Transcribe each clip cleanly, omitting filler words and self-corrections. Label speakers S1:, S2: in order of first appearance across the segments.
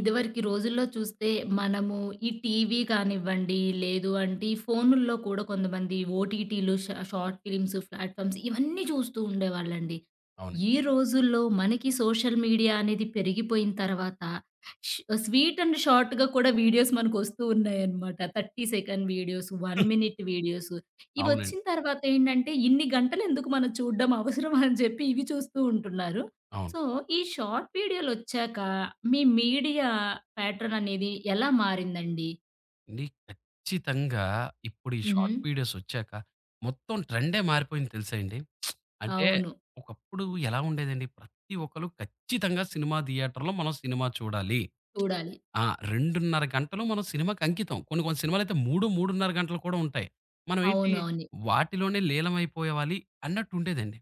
S1: ఇదివరకి రోజుల్లో చూస్తే మనము ఈ టీవీ కానివ్వండి, లేదు అంటే ఈ ఫోనుల్లో కూడా కొంతమంది ఓటీటీలు, షార్ట్ ఫిల్మ్స్, ప్లాట్‌ఫార్మ్స్ ఇవన్నీ చూస్తూ ఉండేవాళ్ళండి.
S2: అవును.
S1: ఈ రోజుల్లో మనకి సోషల్ మీడియా అనేది పెరిగిపోయిన తర్వాత ష్ స్వీట్ అండ్ షార్ట్‌గా కూడా వీడియోస్ మనకొస్తూ ఉన్నాయన్నమాట. 30 సెకండ్ వీడియోస్, 1 మినిట్ వీడియోస్ ఇవొచ్చిన
S2: అవునండి.
S1: తర్వాత ఏంటంటే ఇన్ని గంటలెందుకు మనం చూడడం అవసరమా అని చెప్పి ఇవి చూస్తూ ఉంటున్నారు.
S2: అవును.
S1: సో, ఈ షార్ట్ వీడియోలొచ్చాక మీ మీడియా ప్యాటర్న్ అనేది ఎలా మారిందండి?
S2: ఖచ్చితంగా ఇప్పుడు ఈ
S1: హుహు.
S2: షార్ట్ వీడియోస్ వచ్చాక మొత్తం ట్రెండే మారిపోయింది తెలుసా అండి. అంటే
S1: అవును.
S2: ఒకప్పుడు ఎలా ఉండేదండి, ప్రతి ఒక్కళ్ళు ఖచ్చితంగా సినిమా థియేటర్‌లో మనం సినిమా చూడాలి.
S1: చూడాలి.
S2: ఆ! 2:30 గంటలు మనం సినిమాకి అంకితం. కొన్ని కొన్ని సినిమాలైతే 3, 3:30 గంటలు కూడా ఉంటాయి. మనం ఏంటి
S1: అవునవును.
S2: వాటిలోనే లీలమైపోవాలి అన్నట్టు ఉండేదండి.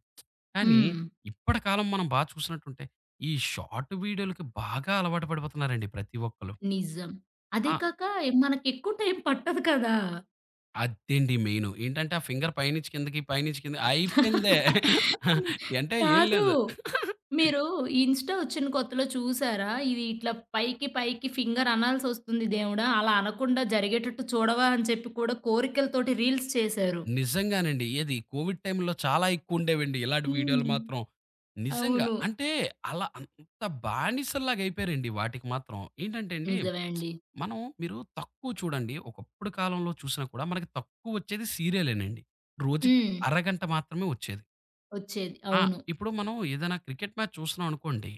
S2: కానీ
S1: హ్మ్.
S2: ఇప్పటి కాలం మనం బా చూసినట్టుంటే ఈ షార్ట్ వీడియోలకి బాగా అలవాటు పడిపోతున్నారండి ప్రతి ఒక్కళ్ళు.
S1: నిజం. అదే
S2: ఆ!
S1: కాక మనకెక్కువ టైం పట్టదు కదా!
S2: అదండి మెయిను. ఏంటంటే, ఆ ఫింగర్ పైనుంచి కిందకి, పైనుంచి కిందకి అయిపోయిందే.
S1: హ్మ్.
S2: అంటే ఏం
S1: కాదు.
S2: లేదు.
S1: మీరు ఇన్‌స్టా వచ్చిన కొత్తలో చూసారా? ఇది ఇట్లా పైకి పైకి ఫింగర్ అనాల్సొస్తుంది దేవుడా! అలా అనకుండా జరిగేటట్టు చూడవా అని చెప్పి కూడా కోరికలతోటి రీల్స్ చేశారు.
S2: నిజంగానండి. ఏది కోవిడ్ టైమ్‌లో చాలా ఎక్కువుండేవండి ఇలాంటి వీడియోలు
S1: హ్మ్.
S2: మాత్రం. నిజంగా.
S1: అవును.
S2: అంటే, అలా అంత బానిసల్లాగా అయిపోయారండి వాటికి మాత్రం. ఏంటంటే అండి,
S1: నిజమే అండి.
S2: మనం మీరు తక్కువ చూడండి. ఒకప్పుడు కాలంలో చూసినా కూడా మనకి తక్కువొచ్చేది సీరియలేనండి. రోజుకి
S1: హ్మ్.
S2: అరగంట మాత్రమే ఒచ్చేది.
S1: వచ్చేది.
S2: ఆ!
S1: అవును.
S2: ఇప్పుడు మనం ఏదైనా క్రికెట్ మ్యాచ్ చూస్తున్నాం అనుకోండి.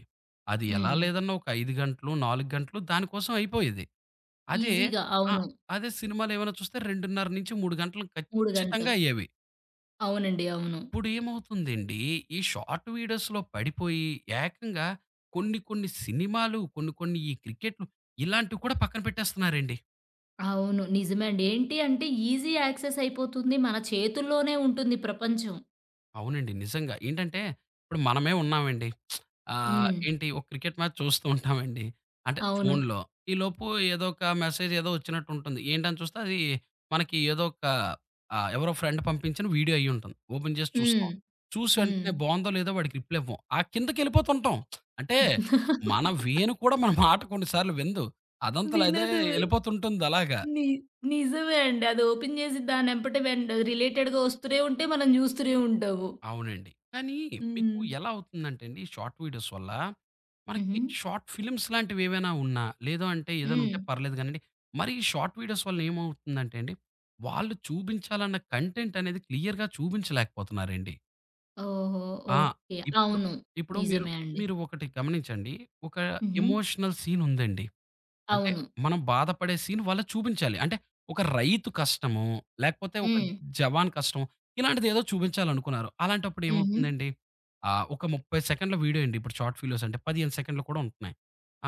S2: అది ఎలా
S1: హ్మ్.
S2: లేదన్నా ఒక 5 గంటలు, 4 గంటలు దానికోసం అయిపోయేది. అదే
S1: ఈజీగా.
S2: ఆ!
S1: అవును.
S2: అదే సినిమాలేమైనా చూస్తే 2:30-3 గంటలు
S1: 3
S2: ఖచ్చితంగా
S1: గంటలు.
S2: అయ్యేవి.
S1: అవునండి. అవును.
S2: ఇప్పుడేమవుతుందండి, ఈ షార్ట్ వీడియోస్‌లో పడిపోయి ఏకంగా కొన్ని కొన్ని సినిమాలు, కొన్ని కొన్ని ఈ క్రికెట్లు ఇలాంటివి కూడా పక్కన పెట్టేస్తున్నారండి.
S1: అవును. నిజమే అండి. ఏంటి అంటే ఈజీ యాక్సెస్ అయిపోతుంది. మన చేతుల్లోనే ఉంటుంది ప్రపంచం.
S2: అవునండి. నిజంగా. ఏంటంటే, ఇప్పుడు మనమే ఉన్నామండి.
S1: హ్మ్.
S2: ఏంటి, ఒక క్రికెట్ మ్యాచ్ చూస్తూ ఉంటామండి. అంటే
S1: అవును.
S2: ఫోన్‌లో. ఈలోపు ఏదో ఒక మెసేజ్ ఏదో వచ్చినట్టు ఉంటుంది. ఏంటని చూస్తే అది మనకి ఏదో ఒక ఎవరో ఫ్రెండ్ పంపించిన వీడియో అయ్యుంటుంది. ఓపెన్ చేసి
S1: హ్మ్.
S2: చూస్తాం. చూసి
S1: హ్మ్.
S2: వెంటనే బావుందో లేదో వాడికి రిప్లై ఇవ్వం. ఆ కిందకెళ్ళిపోతుంటాం. అంటే మన వేణు కూడా మన మాట కొన్ని సార్లు వినదు. అదే
S1: వినదు.
S2: ఎళ్ళిపోతుంటుంది అలాగా.
S1: ని నిజమే అండి. అది ఓపెన్ చేసి దానెంబటే రిలేటెడ్‌గా వస్తూనే ఉంటే మనం చూస్తూనే ఉంటాము.
S2: అవునండి. కానీ మీకు
S1: హ్మ్.
S2: ఎలా అవుతుందంటే అండి, షార్ట్ వీడియోస్ వల్ల మనకి
S1: హుహు.
S2: షార్ట్ ఫిల్మ్స్ లాంటివేవైనా ఉన్నా, లేదు అంటే ఏదైనా
S1: హ్మ్.
S2: ఉంటే పర్లేదు గానండి. మరి ఈ షార్ట్ వీడియోస్ వల్ల ఏమవుతుందంటే అండి, వాళ్ళు చూపించాలన్న కంటెంట్ అనేది క్లియర్‌గా చూపించలేకపోతున్నారండి.
S1: ఓహో!
S2: ఆ!
S1: ఓకే.
S2: ఇప్పుడు
S1: అవును.
S2: ఇప్పుడు మీరు
S1: నిజమే అండి.
S2: మీరు ఒకటి గమనించండి. ఒక
S1: హుహు.
S2: ఎమోషనల్ సీన్ ఉందండి. అంటే
S1: అవును.
S2: మనం బాధపడే సీన్ వాళ్ళకి చూపించాలి. అంటే ఒక రైతు కష్టము, లేకపోతే ఒక
S1: హ్మ్.
S2: జవాన్ కష్టం ఇలాంటిదేదో చూపించాలనుకున్నారు. అలాంటప్పుడు
S1: హుహు.
S2: ఏమవుతుందండి? ఒక 30 సెకండ్ల వీడియో అండి. ఇప్పుడు షార్ట్ వీడియోస్ అంటే 15 సెకండ్లు కూడా ఉంటున్నాయి.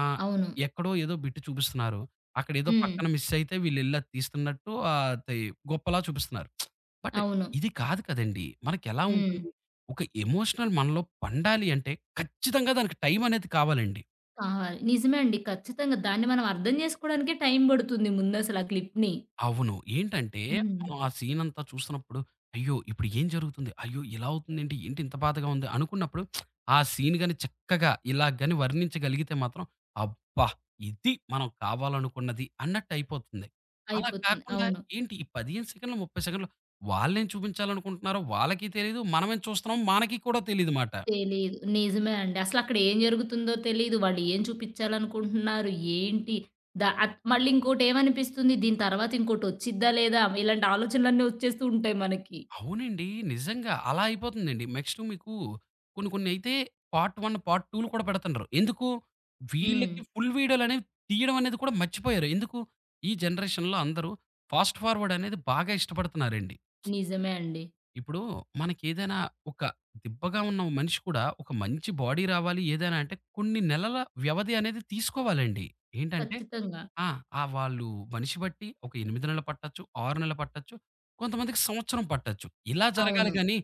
S2: ఆహ్,
S1: అవును.
S2: ఎక్కడో ఏదో బిట్ చూపిస్తున్నారు. అక్కడేదో
S1: హ్మ్.
S2: పక్కన మిస్ అయితే వీళ్ళెళ్లి అది తీస్తున్నట్టు, అది గొప్పలా చూపిస్తున్నారు. బట్
S1: అవును.
S2: ఇది కాదు కదండీ! మనకెలా
S1: హ్మ్.
S2: ఉంటుంది? ఒక ఎమోషనల్ మనలో పండాలి అంటే ఖచ్చితంగా దానికి టైం అనేది కావాలండి.
S1: కావాలి. నిజమే అండి. ఖచ్చితంగా దాన్ని మనం అర్థం చేసుకోవడానికే టైం పడుతుంది ముందసల ఆ క్లిప్‌ని.
S2: అవును. ఏంటంటే,
S1: హ్మ్.
S2: మనం ఆ సీనంతా చూస్తున్నప్పుడు, అయ్యో! ఇప్పుడు ఏం జరుగుతుంది? అయ్యో! ఇలా అవుతుందేంటి? ఏంటి ఏంటి ఇంత బాధగా ఉంది అనుకున్నప్పుడు, ఆ సీన్ గాని చక్కగా ఇలా గాని వర్ణించగలిగితే మాత్రం, అబ్బా! ఇది మనం కావాలనుకున్నది అన్నట్టయిపోతుంది. అలా
S1: అయిపోతుంది.
S2: కాకుండా
S1: అవును.
S2: ఏంటి ఈ 15 సెకన్లు, 30 సెకన్లు వాళ్ళేం చూపించాలనుకుంటున్నారో వాళ్ళకి తెలీదు. మనమేం చూస్తున్నామో మనకి కూడా తెలీదుమాట.
S1: తెలీదు. నిజమే అండి. అసలక్కడ ఏం జరుగుతుందో తెలీదు. వాళ్ళు ఏం చూపిచ్చాలనుకుంటున్నారు? ఏంటి? ద అత్ మళ్ళీ ఇంకోటేమనిపిస్తుంది, దీని తర్వాత ఇంకోటొచ్చిద్దా లేదా? ఇలాంటి ఆలోచనలన్నీ వచ్చేస్తూ ఉంటాయి మనకి.
S2: అవునండి. నిజంగా. అలా అయిపోతుందండి. నెక్స్ట్ మీకు కొన్ని కొన్నయితే పార్ట్ 1, పార్ట్ 2లు కూడా పెడుతున్నారు. ఎందుకు?
S1: హ్మ్.
S2: వీళ్ళకి ఫుల్ వీడియోలనేవి తీయడం అనేది కూడా మర్చిపోయారు. ఎందుకు? ఈ జనరేషన్‌లో అందరూ ఫాస్ట్ ఫార్వర్డ్ అనేది బాగా ఇష్టపడుతున్నారండి.
S1: నిజమే అండి.
S2: ఇప్పుడు మనకేదైనా ఒక దిబ్బగా ఉన్న మనిషి కూడా ఒక మంచి బాడీ రావాలి ఏదైనా అంటే కొన్ని నెలల వ్యవధి అనేది తీసుకోవాలండి. ఏంటంటే
S1: ఖచ్చితంగా.
S2: ఆ! ఆ! వాళ్ళు మనిషి బట్టి ఒక 8 నెలలు పట్టొచ్చు, 6 నెలలు పట్టొచ్చు, కొంతమందికి సంవత్సరం పట్టొచ్చు. ఇలా జరగాలి
S1: అవును.
S2: గానీ,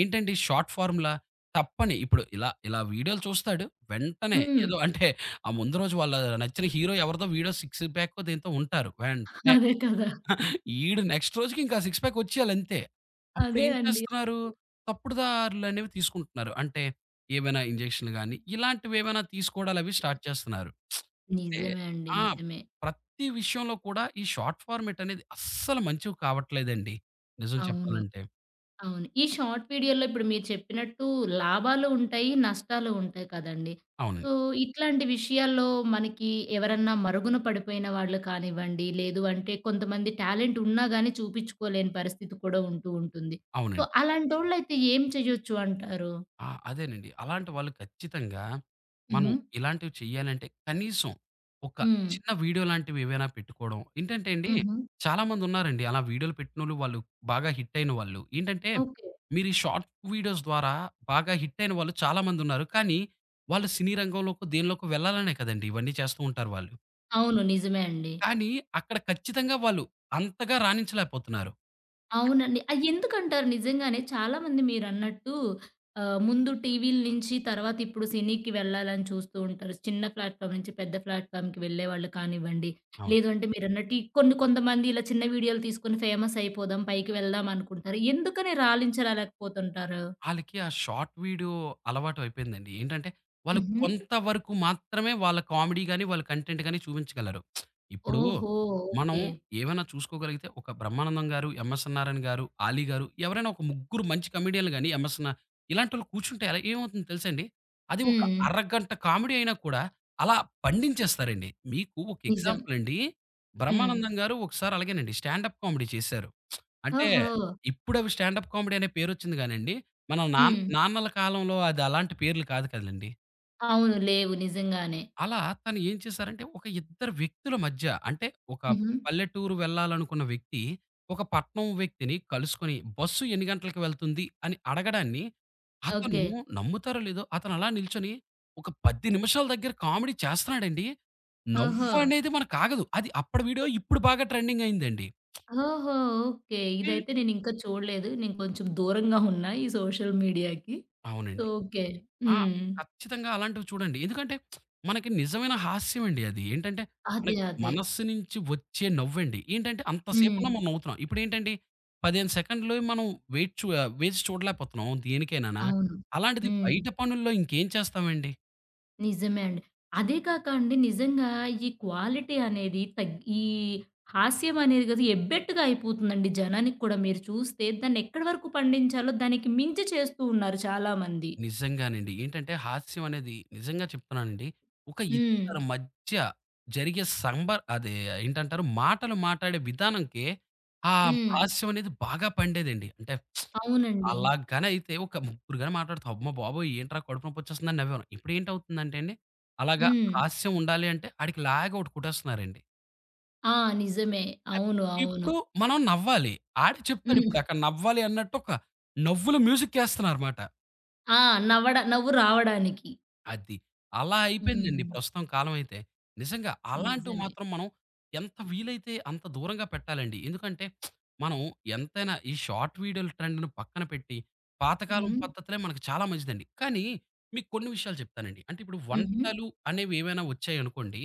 S2: ఏంటండి షార్ట్ ఫార్మ్‌లా తప్పని ఇప్పుడు ఇలా ఇలా వీడియోలు చూస్తాడు. వెంటనే
S1: హ్మ్.
S2: ఏదో అంటే, ఆ ముందు రోజు వాళ్ళ నచ్చిన హీరో ఎవరిదో వీడియో సిక్స్ ప్యాకో దేంతో ఉంటారు. వెంటనే
S1: అదే కదా!
S2: ఈడు నెక్స్ట్ రోజుకి ఇంకా సిక్స్ ప్యాక్ వచ్చేయాలంతే.
S1: అదే
S2: అప్పుడేం
S1: అండి.
S2: చేస్తున్నారు? తప్పుడు దారులనేవి తీసుకుంటున్నారు. అంటే ఏమైనా ఇంజెక్షన్‌లు గాని, ఇలాంటివేమైనా తీసుకోవడాలవి స్టార్ట్ చేస్తున్నారు. అంటే
S1: నిజమే అండి.
S2: ఆ!
S1: నిజమే.
S2: ప్రతి విషయంలో కూడా ఈ షార్ట్ ఫార్మాట్ అనేది అస్సలు మంచివి కావట్లేదండి, నిజం
S1: అవును.
S2: చెప్పాలంటే.
S1: అవును. ఈ షార్ట్ వీడియోలో ఇప్పుడు మీరు చెప్పినట్టు లాభాలు ఉంటాయి, నష్టాలు ఉంటాయి కదండీ! సో,
S2: అవునండి.
S1: ఇట్లాంటి విషయాల్లో మనకి ఎవరన్నా మరుగున పడిపోయిన వాళ్ళు కానివ్వండి, లేదు అంటే కొంతమంది టాలెంట్ ఉన్నా గానీ చూపించుకోలేని పరిస్థితి కూడా ఉంటూ ఉంటుంది. సో,
S2: అవునండి.
S1: అలాంటోళ్ళైతే ఏం చేయొచ్చు అంటారు?
S2: ఆ! అదేనండి. అలాంటి వాళ్ళు ఖచ్చితంగా మనం
S1: హుహు.
S2: ఇలాంటివి చేయాలంటే కనీసం ఒక
S1: హ్మ్.
S2: చిన్న వీడియో లాంటివి ఏవైనా పెట్టుకోవడం. ఏంటంటే అండి,
S1: హుహు.
S2: చాలామంది ఉన్నారండి అలా వీడియోలు పెట్టినోళ్ళు, వాళ్ళు వాళ్ళు బాగా హిట్ అయిన వాళ్ళు. ఏంటంటే
S1: ఓకే.
S2: మీరు ఈ షార్ట్ వీడియోస్ ద్వారా బాగా హిట్ అయిన వాళ్ళు చాలామంది ఉన్నారు. కానీ వాళ్ళు సినీ రంగంలోకో దేనిలోకో వెళ్ళాలనే కదండీ ఇవన్నీ చేస్తూ ఉంటారు వాళ్ళు.
S1: అవును. నిజమే అండి.
S2: కానీ అక్కడ ఖచ్చితంగా వాళ్ళు అంతగా రాణించలేకపోతున్నారు.
S1: అవునండి. అది ఎందుకంటారు నిజంగానే చాలామంది మీరన్నట్టు ఆహ్, ముందు టీవీల నుంచి తర్వాత ఇప్పుడు సినీకి వెళ్ళాలని చూస్తూ ఉంటారు. చిన్న ప్లాట్‌ఫార్మ్ నుంచి పెద్ద ప్లాట్‌ఫార్మ్‌కి వెళ్ళేవాళ్ళు కానివ్వండి,
S2: అవును.
S1: లేదు అంటే మీరన్నట్టు ఈ కొన్ని కొంతమంది ఇలా చిన్న వీడియోలు తీసుకొని ఫేమస్ అయిపోదాం, పైకి వెళ్దాం అనుకుంటారు. ఎందుకని రాణించలేకపోతుంటారు?
S2: ఆళ్ళకి ఆ షార్ట్ వీడియో అలవాటు అయిపోయిందండి. ఏంటంటే, వాళ్ళు
S1: హుహు.
S2: కొంతవరకు మాత్రమే వాళ్ళ కామెడీ గాని, వాళ్ళ కంటెంట్ గాని చూపించగలరు. ఇప్పుడు
S1: ఓహో!
S2: మనం
S1: ఓకే.
S2: ఏమైనా చూసుకోగలిగితే ఒక బ్రహ్మానందం గారు, ఎంఎస్ నారాయణ గారు, ఆలీ గారు ఎవరైనా ఒక ముగ్గురు మంచి కమెడియన్‌లు గాని, ఎంఎస్ నా ఇలాంటోళ్ళు కూర్చుంటే అలా ఏమవుతుందో తెలుసండి? అది ఒక
S1: హ్మ్.
S2: అరగంట కామెడీ అయినా కూడా అలా పండించేస్తారండి. మీకు ఒక
S1: నిజం.
S2: ఎగ్జాంపుల్ అండి.
S1: హ్మ్.
S2: బ్రహ్మానందం గారు ఒకసారి అలాగేనండి స్టాండ్ అప్ కామెడీ చేశారు. అంటే
S1: ఓహో!
S2: ఇప్పుడవి స్టాండప్ కామెడీ అనే పేరొచ్చింది గానండి, మన
S1: హ్మ్.
S2: నాన్నల కాలంలో అది అలాంటి పేర్లు కాదు కదండీ.
S1: అవును. లేవు నిజంగానే.
S2: అలా తను ఏం చేశారంటే, ఒక ఇద్దరు వ్యక్తుల మధ్య అంటే ఒక
S1: హుహు.
S2: పల్లెటూరు వెళ్ళాలనుకున్న వ్యక్తి, ఒక పట్నం వ్యక్తిని కలుసుకొని బస్సు ఎన్ని గంటలకి వెళ్తుంది అని అడగడాన్ని, అతను
S1: ఓకే.
S2: నమ్ముతారో లేదో అతను అలా నిల్చొని ఒక 10 నిమిషాల దగ్గర కామెడీ చేస్తున్నాడండి.
S1: ఓహో!
S2: నవ్వనేది మనకాగదు. అది అప్పటి వీడియో ఇప్పుడు బాగా ట్రెండింగ్ అయిందండి.
S1: ఓహో! ఓకే.
S2: హ్మ్.
S1: ఇదైతే నేనింకా చూడలేదు. నేను కొంచెం దూరంగా ఉన్నా ఈ సోషల్ మీడియాకి. సో,
S2: అవునండి.
S1: ఓకే.
S2: ఆ!
S1: హ్మ్.
S2: ఖచ్చితంగా అలాంటివి చూడండి. ఎందుకంటే మనకి నిజమైన హాస్యం అండి అది. ఏంటంటే
S1: అదే.
S2: మనకి
S1: అదే.
S2: మనస్సు నుంచి వచ్చే నవ్వండి. ఏంటంటే అంత
S1: హ్మ్.
S2: సేపున్న మనం నవ్వుతున్నాం. ఇప్పుడేంటండి, 15 సెకండ్లు మనం వేచి చూడలేకపోతున్నాం దేనికైనానా.
S1: అవును.
S2: అలాంటిది
S1: హ్మ్.
S2: బయట పనుల్లో ఇంకేం చేస్తామండి?
S1: నిజమే అండి. అదే కాక అండి నిజంగా ఈ క్వాలిటీ అనేది ఈ హాస్యం అనేది కదా ఎబ్బెట్టుగా అయిపోతుందండి జనానికి కూడా. మీరు చూస్తే దాన్నెక్కడి వరకు పండించాలో దానికి మించి చేస్తూ ఉన్నారు చాలామంది.
S2: నిజంగానండి. ఏంటంటే హాస్యం అనేది, నిజంగా చెప్తున్నానండి, ఒక
S1: హ్మ్.
S2: ఇద్దరి మధ్య జరిగే సంబర్ అదే ఏంటంటారు మాటలు మాట్లాడే విధానంకే ఆ
S1: హ్మ్.
S2: హాస్యం అనేది బాగా పండేదండి. అంటే
S1: అవునండి.
S2: అలాగని అయితే ఒక ముగ్గురు గాని మాట్లాడితే అమ్మ బాబోయ్! ఏంట్రా, కడుపు నొప్పొచ్చేస్తుందని నవ్వాను. ఇప్పుడు ఏంటవుతుందంటే అండి, అలాగా
S1: హ్మ్.
S2: హాస్యం ఉండాలి అంటే ఆడికి లాగి ఒకటి కుట్టేస్తున్నారండి.
S1: ఆ! నిజమే. అవును. అవును.
S2: ఇప్పుడు మనం నవ్వాలి. ఆడే చెప్తాడు
S1: హ్మ్.
S2: ఇప్పుడు అక్కడ నవ్వాలి అన్నట్టు ఒక నవ్వుల మ్యూజిక్ ఎస్తన్నారుమాట.
S1: ఆ! నవ్వు రావడానికి.
S2: అది. అలా అయిపోయిందండి
S1: హ్మ్.
S2: ప్రస్తుతం కాలమైతే. నిజంగా అలాంటివి
S1: నిజమే.
S2: మాత్రం మనం ఎంత వీలైతే అంత దూరంగా పెట్టాలండి. ఎందుకంటే మనం ఎంతైనా ఈ షార్ట్ వీడియోల ట్రెండ్‌ని పక్కన పెట్టి, పాతకాలం
S1: హుహు.
S2: పద్ధతులే మనకు చాలా మంచిదండి. కానీ మీకు కొన్ని విషయాలు చెప్తానండి. అంటే ఇప్పుడు
S1: హుహు.
S2: వంటలు అనేవి ఏవైనా వచ్చాయనుకోండి.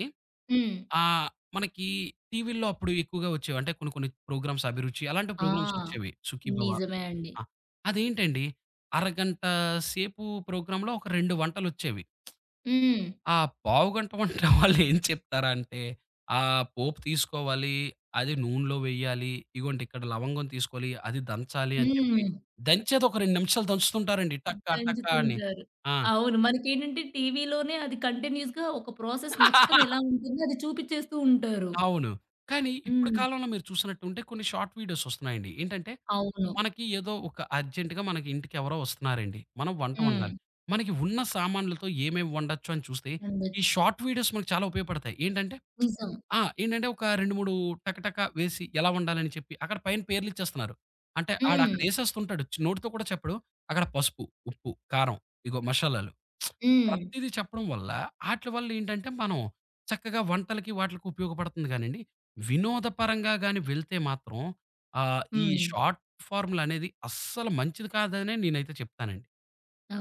S1: హ్మ్.
S2: ఆహ్, మనకి టీవీల్లో అప్పుడు ఎక్కువగా వచ్చేవి. అంటే కొన్ని కొన్ని ప్రోగ్రామ్స్ 'అభిరుచి' అలాంటి
S1: ఆ!
S2: ప్రోగ్రామ్స్ వచ్చేవి, 'సుఖీ భవ'.
S1: నిజమే అండి.
S2: ఆ! అదేంటండి అరగంట సేపు ప్రోగ్రామ్‌లో ఒక 2 వంటలొచ్చేవి.
S1: హ్మ్.
S2: ఆ పావుగంట వంట వాళ్ళు ఏం చెప్తారా అంటే, ఆ పోపు తీసుకోవాలి, అది నూనెలో వేయాలి, ఇగోండి ఇక్కడ లవంగం తీసుకోవాలి, అది దంచాలి అని చెప్పి,
S1: హ్మ్.
S2: దంచేది ఒక 2 నిమిషాలు దంచుతుంటారండి టక టక అని.
S1: దంచుతుంటారు.
S2: ఆ!
S1: అవును. మనకేంటంటే టీవీలోనే అది కంటిన్యూయస్‌గా ఒక ప్రాసెస్ మొత్తం ఎలా ఉంటుందో అది చూపిచ్చేస్తూ ఉంటారు.
S2: అవును. కానీ ఇప్పుడు
S1: హ్మ్.
S2: కాలంలో మీరు చూసినట్టుంటే కొన్ని షార్ట్ వీడియోస్ వస్తున్నాయండి. ఏంటంటే,
S1: అవును.
S2: మనకి ఏదో ఒక అర్జెంట్‌గా మనకి ఇంటికి ఎవరో వస్తున్నారండి. మనం వంట
S1: హ్మ్.
S2: వండాలి. మనకి ఉన్న సామాన్లతో ఏమేమి వండొచ్చు అని చూస్తే, ఈ
S1: ఉండొచ్చు.
S2: షార్ట్ వీడియోస్ మనకు చాలా ఉపయోగపడతాయి. ఏంటంటే
S1: నిజం.
S2: ఆ! ఏంటంటే ఒక 2, 3 టక టక వేసి ఎలా వండాలని చెప్పి అక్కడ పైన పేర్లిచ్చేస్తున్నారు. అంటే
S1: హ్మ్.
S2: ఆడక్కడ ఏసేస్తుంటాడు. నోటితో కూడా చెప్పడు. అక్కడ పసుపు, ఉప్పు, కారం, ఇగో మషాలాలు
S1: హ్మ్.
S2: ప్రతీదీ చెప్పడం వల్ల ఆటిల వల్ల ఏంటంటే మనం చక్కగా వంటలకి వాటిలకి ఉపయోగపడుతుంది గానండి. వినోదపరంగా గాని వెళ్తే మాత్రం ఈ
S1: హ్మ్.
S2: షార్ట్ ఫార్ములనేది అస్సలు మంచిది కాదనే నేనైతే చెప్తానండి.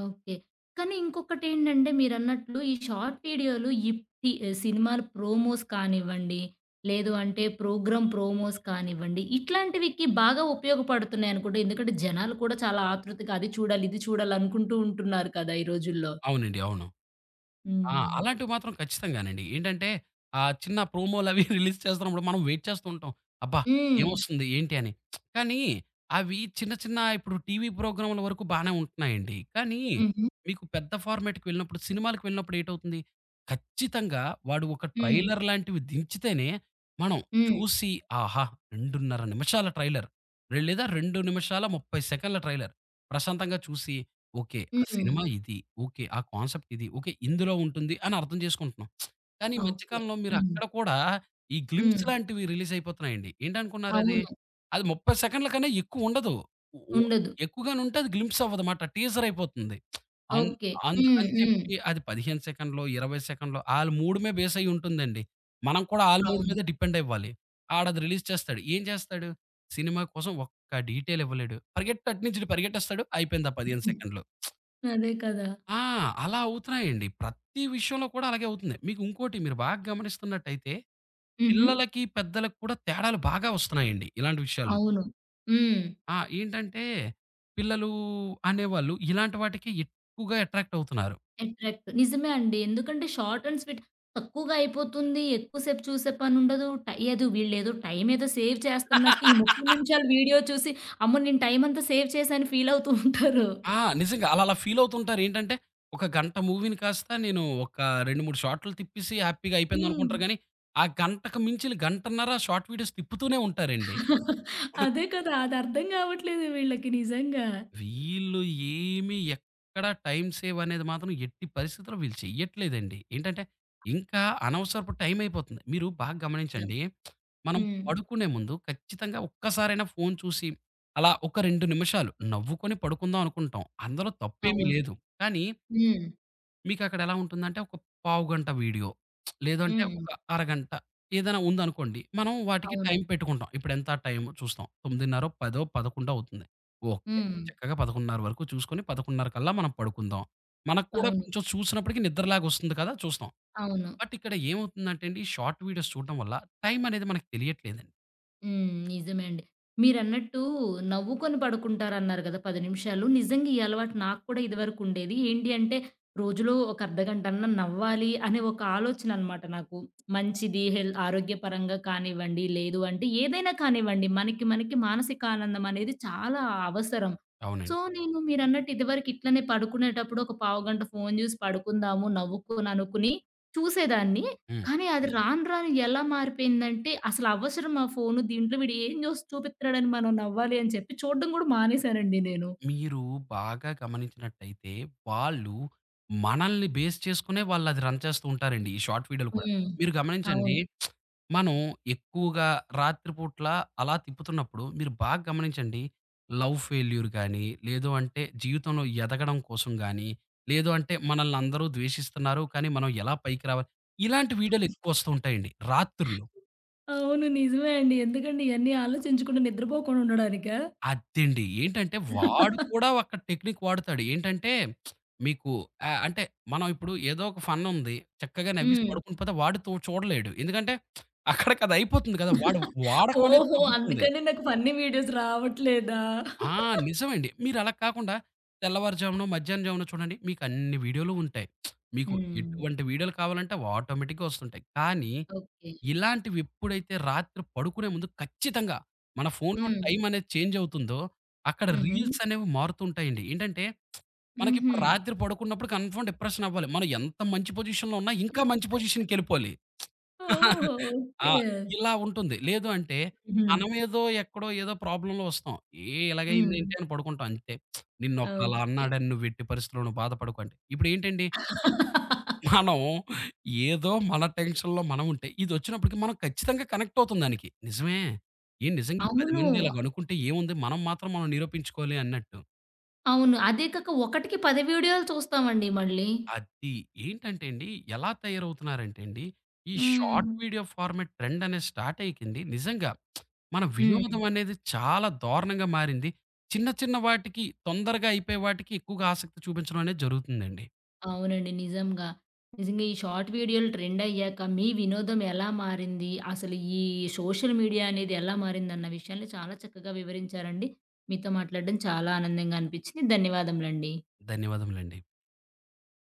S1: ఓకే. కానీ ఇంకొకటేంటంటే మీరన్నట్లు ఈ షార్ట్ వీడియోలు ఇప్పటి సినిమాలు ప్రోమోస్ కానివ్వండి, లేదు అంటే ప్రోగ్రామ్ ప్రోమోస్ కానివ్వండి, ఇట్లాంటివికి బాగా ఉపయోగపడుతున్నాయనుకుంట. ఎందుకంటే జనాలు కూడా చాలా ఆతృతగా అది చూడాలి, ఇది చూడాలి అనుకుంటూ ఉంటున్నారు కదా ఈ రోజుల్లో.
S2: అవునండి. అవును. ఆ!
S1: హ్మ్.
S2: అలాంటివి మాత్రం ఖచ్చితంగానండి. ఏంటంటే చిన్న ప్రోమోలవి రిలీజ్ చేస్తున్నప్పుడు మనం వెయిట్ చేస్తూ ఉంటాం. అబ్బా!
S1: హ్మ్.
S2: ఏమొస్తుంది? ఏంటి? అని. కానీ అవి చిన్న చిన్న ఇప్పుడు టీవీ ప్రోగ్రాముల వరకు బానే ఉంటున్నాయండి. కానీ
S1: హుహు.
S2: మీకు పెద్ద ఫార్మాట్‌కి వెళ్ళినప్పుడు సినిమాలకు వెళ్ళినప్పుడు ఏటవుతుంది? ఖచ్చితంగా వాడు ఒక
S1: హ్మ్.
S2: ట్రైలర్ లాంటివి దించితేనే మనం
S1: హ్మ్.
S2: చూసి ఆహా! 2:30 నిమిషాల ట్రైలర్, లేదా 2 నిమిషాల 30 సెకన్ల ట్రైలర్ ప్రశాంతంగా చూసి ఓకే, ఆ
S1: హ్మ్.
S2: సినిమా ఇది. ఓకే, ఆ కాన్సెప్ట్ ఇది. ఓకే, ఇందులో ఉంటుంది అని అర్థం చేసుకుంటున్నాం. కానీ ఈ మధ్య
S1: ఓకే.
S2: కాలంలో మీరు
S1: హ్మ్.
S2: అక్కడ కూడా ఈ
S1: హ్మ్.
S2: గ్లింప్స్ లాంటివి రిలీజ్ అయిపోతున్నాయండి. ఏంటనుకున్నారది?
S1: అవును.
S2: అది 30 సెకండ్ల కన్నా ఎక్కువ ఉండదు. ఉ ఓ
S1: ఉండదు.
S2: ఎక్కువగానుంటే అది గ్లింప్స్ అవ్వదమాట. టీజర్ అయిపోతుంది. అన్
S1: ఓకే. హ్మ్.
S2: అందుకని
S1: హ్మ్.
S2: చెప్పి అది 15 సెకండ్‌లో, 20 సెకండ్‌లో ఆళ్ళ మూడుమే బేస్ అయ్యి ఉంటుందండి. మనం కూడా ఆళ్ళ మూడు
S1: అవును.
S2: మీదే డిపెండ్ అవ్వాలి. ఆడది రిలీజ్ చేస్తాడు. ఏం చేస్తాడు? సినిమా కోసం ఒక్క డీటెయిల్ ఇవ్వలేడు. పరిగెట్టు అటు నుంచి ఇటు పరిగెట్టేస్తాడు. అయిపోయింది ఆ 15 సెకండ్‌లు.
S1: అదే కదా!
S2: ఆ! అలా అవుతున్నాయండి. ప్రతి విషయంలో కూడా అలాగే అవుతుంది. మీకు ఇంకోటి మీరు బాగా గమనిస్తున్నట్టయితే,
S1: హుహు.
S2: పిల్లలకి, పెద్దలకి కూడా తేడాలు బాగా వస్తున్నాయండి ఇలాంటి విషయాల్లో.
S1: అవును. హ్మ్.
S2: ఆ! ఏంటంటే, పిల్లలు అనేవాళ్ళు ఇలాంటి వాటికి ఎక్కువగా అట్రాక్ట్ అవుతున్నారు.
S1: అట్రాక్ట్. నిజమే అండి. ఎందుకంటే షార్ట్ అండ్ స్వీట్ తక్కువగా అయిపోతుంది. ఎక్కువసేపు చూసే పనుండదు. ఏదో వీళ్ళేదో టైం ఏదో సేవ్ చేస్తున్నట్టు ఈ 30 నిమిషాలు వీడియో చూసి, అమ్మో! నేను టైం అంతా సేవ్ చేశాను ఫీల్ అవుతూ ఉంటారు.
S2: ఆ! నిజంగా ఆళ్ళలా అలా ఫీల్ అవుతుంటారు. ఏంటంటే, ఒక గంట మూవీని కాస్త నేను ఒక 2, 3 షార్ట్‌లు తిప్పేసి హ్యాపీగా
S1: హ్మ్.
S2: అయిపోయిందనుకుంటారు గానీ, ఆ గంటకు మించిన గంటన్నర షార్ట్ వీడియోస్ తిప్పుతూనే ఉంటారండి.
S1: అదే కదా! అది అర్థం కావట్లేదు వీళ్ళకి నిజంగా.
S2: వీళ్ళు ఏమి ఎక్కడ టైమ్ సేవ్ అనేది మాత్రం ఎట్టి పరిస్థితిలో వీళ్ళు చెయ్యట్లేదండి. ఏంటంటే, ఇంకా అనవసరపు టైం అయిపోతుంది. మీరు బాగా
S1: నిజం.
S2: గమనించండి. మనం
S1: హ్మ్.
S2: పడుకునే ముందు ఖచ్చితంగా ఒక్కసారైనా ఫోను చూసి, అలా ఒక 2 నిమిషాలు నవ్వుకొని పడుకుందాం అనుకుంటాం. అందులో తప్పేమీ
S1: అవును.
S2: లేదు. కానీ
S1: హ్మ్.
S2: మీకక్కడ ఎలా ఉంటుందంటే, ఒక పావుగంట వీడియో లేదంటే
S1: హ్మ్.
S2: ఒక అరగంట ఏదైనా ఉందనుకోండి. మనం వాటికి
S1: అవును.
S2: టైం పెట్టుకుంటాం. ఇప్పుడెంత టైం చూస్తాం? 9:30, 10, 11 అవుతుంది. ఓకే.
S1: హ్మ్.
S2: చక్కగా 11:30 వరకు చూసుకొని 11:30 కల్లా మనం పడుకుందాం. మనకు కూడా
S1: అవును.
S2: కొంచెం చూసినప్పటికి నిద్రలాగొస్తుంది కదా! చూస్తాం.
S1: అవును.
S2: బట్ ఇక్కడ ఏమవుతుందంటే అండి, షార్ట్ వీడియోస్ చూడడం వల్ల టైం అనేది మనకు తెలియట్లేదండి.
S1: హ్మ్. నిజమే అండి. మీరన్నట్టు నవ్వుకొని పడుకుంటారన్నారు గదా! 10 నిమిషాలు. నిజంగా ఈ అలవాటు నాకు కూడా ఇదివరకు ఉండేది. ఏంటి అంటే రోజులో ఒక అర్ధగంటన్నా నవ్వాలి అనే ఒక ఆలోచన అనమాట నాకు. మంచిది ఆరోగ్యపరంగా కానివ్వండి, లేదు అంటే ఏదైనా కానివ్వండి మనకి మనకి మానసిక ఆనందం అనేది చాలా అవసరం. సో,
S2: అవునండి.
S1: నేను మీరన్నట్టు ఇదివరకు ఇట్లనే పడుకునేటప్పుడు ఒక పావుగంట ఫోను జూసి పడుకుందాము, నవ్వుకొని అనుకుని చూసేదాన్ని.
S2: హ్మ్.
S1: కానీ అది రాను రాను ఎలా మారిపోయిందంటే, అసలు అవసరమా ఫోను దీంట్లో వీడు ఏం జూసి చూపిత్తున్నాడని మనం నవ్వాలి అని చెప్పి చూడ్డం గూడా మానేశానండి నేను.
S2: మీరు బాగా గమనించినట్టయితే, వాళ్ళు మనల్ని బేస్ చేసుకునే వాళ్ళది రన్ చేస్తూ ఉంటారండి, ఈ షార్ట్ వీడియోలు కూడా.
S1: హ్మ్.
S2: మీరు గమనించండి.
S1: అవును.
S2: మనం ఎక్కువగా రాత్రి పూట్ల అలా తిప్పుతున్నప్పుడు మీరు బాగా గమనించండి, లవ్ ఫెయిల్యూర్ గాని, లేదు అంటే జీవితంలో ఎదగడం కోసం గాని, లేదు అంటే మనల్ని అందరూ ద్వేషిస్తున్నారు, కానీ మనం ఎలా పైకి రావాలి, ఇలాంటి వీడియోలు ఎక్కువ వస్తూ ఉంటాయండి రాత్రుల్లో.
S1: అవును. నిజమే అండి. ఎందుకండి ఇయన్నీ ఆలోచించకుండా నిద్రపోకుండా ఉండడానికా?
S2: అదండి. ఏంటంటే వాడు కూడా ఒక టెక్నిక్ వాడుతాడు. ఏంటంటే మీకు అంటే మనం ఇప్పుడు ఏదో ఒక ఫన్ ఉంది. చక్కగా నవ్వేసి
S1: హ్మ్.
S2: పడుకుని పోతే వాడు తో చూడలేడు. ఎందుకంటే అక్కడికి అది అయిపోతుంది కదా! వాడు వాడకం అనేది
S1: ఓహో!
S2: తగ్గుతుంది.
S1: అందుకని నాకు ఫన్నీ వీడియోస్ రావట్లేదా?
S2: ఆ! నిజమండి. మీరు అలా కాకుండా తెల్లవారుజామునో, మధ్యాహ్నం జామునో చూడండి. మీకు అన్ని వీడియోలు ఉంటాయి. మీకు
S1: హ్మ్.
S2: ఎటువంటి వీడియోలు కావాలంటే అవి ఆటోమేటిక్‌గా వస్తుంటాయి. కానీ
S1: ఓకే.
S2: ఇలాంటివి ఎప్పుడైతే రాత్రి పడుకునే ముందు ఖచ్చితంగా మన ఫోన్‌లో
S1: హ్మ్.
S2: టైమ్ అనేది చేంజ్ అవుతుందో, అక్కడ
S1: హుహు.
S2: రీల్స్ అనేవి మారుతుంటాయండి. ఏంటంటే,
S1: హుహు.
S2: మనకిప్పుడు రాత్రి పడుకున్నప్పుడు కన్ఫర్మ్ డిప్రెషన్ అవ్వాలి. మనం ఎంత మంచి పొజిషన్‌లో ఉన్నా ఇంకా మంచి పొజిషన్‌కెళ్ళిపోవాలి.
S1: ఓహో!
S2: ఆ!
S1: ఓకే.
S2: ఇలా ఉంటుంది. లేదు అంటే
S1: హుహు.
S2: మనమేదో ఎక్కడో ఏదో ప్రాబ్లమ్‌లో వస్తాం. ఏ
S1: హ్మ్.
S2: ఇలాగైందేంటి అని పడుకుంటాం అంతే. నిన్నొకడు అలా
S1: ఓకే.
S2: అన్నాడని నువ్వు ఎట్టి పరిస్థితిలోనూ బాధపడకు అంటే. ఇప్పుడేంటండి మనం ఏదో మన టెన్షన్‌లో మనం ఉంటే, ఇదొచ్చినప్పటికి మనం ఖచ్చితంగా కనెక్ట్ అవుతాం దానికి. నిజమే. ఏం నిజంగా ఈ 10
S1: అవును.
S2: మంది ఇలాగ అనుకుంటే ఏముంది, మనం మాత్రం మనం నిరూపించుకోవాలి అన్నట్టు.
S1: అవును. అదే కాక ఒకటికి 10 వీడియోలు చూస్తామండి మళ్ళీ.
S2: అది ఏంటంటే అండి, ఎలా తయారవుతున్నారంటే అండి, ఈ
S1: హ్మ్.
S2: షార్ట్ వీడియో ఫార్మాట్ ట్రెండ్ అనేది స్టార్ట్ అయ్యేకండి నిజంగా మన
S1: హ్మ్.
S2: వినోదం అనేది చాలా దారుణంగా మారింది. చిన్న చిన్న వాటికి తొందరగా అయిపోయే వాటికి ఎక్కువగా ఆసక్తి చూపించడం అనేది జరుగుతుందండి.
S1: అవునండి. నిజంగా. నిజంగా ఈ షార్ట్ వీడియోలు ట్రెండ్ అయ్యాక మీ వినోదం ఎలా మారింది? అసలు ఈ సోషల్ మీడియా అనేది ఎలా మారిందన్న విషయాన్ని చాలా చక్కగా వివరించారండి. మీతో మాట్లాడడం చాలా ఆనందంగా అనిపించింది. ధన్యవాదములండి.
S2: ధన్యవాదములండి.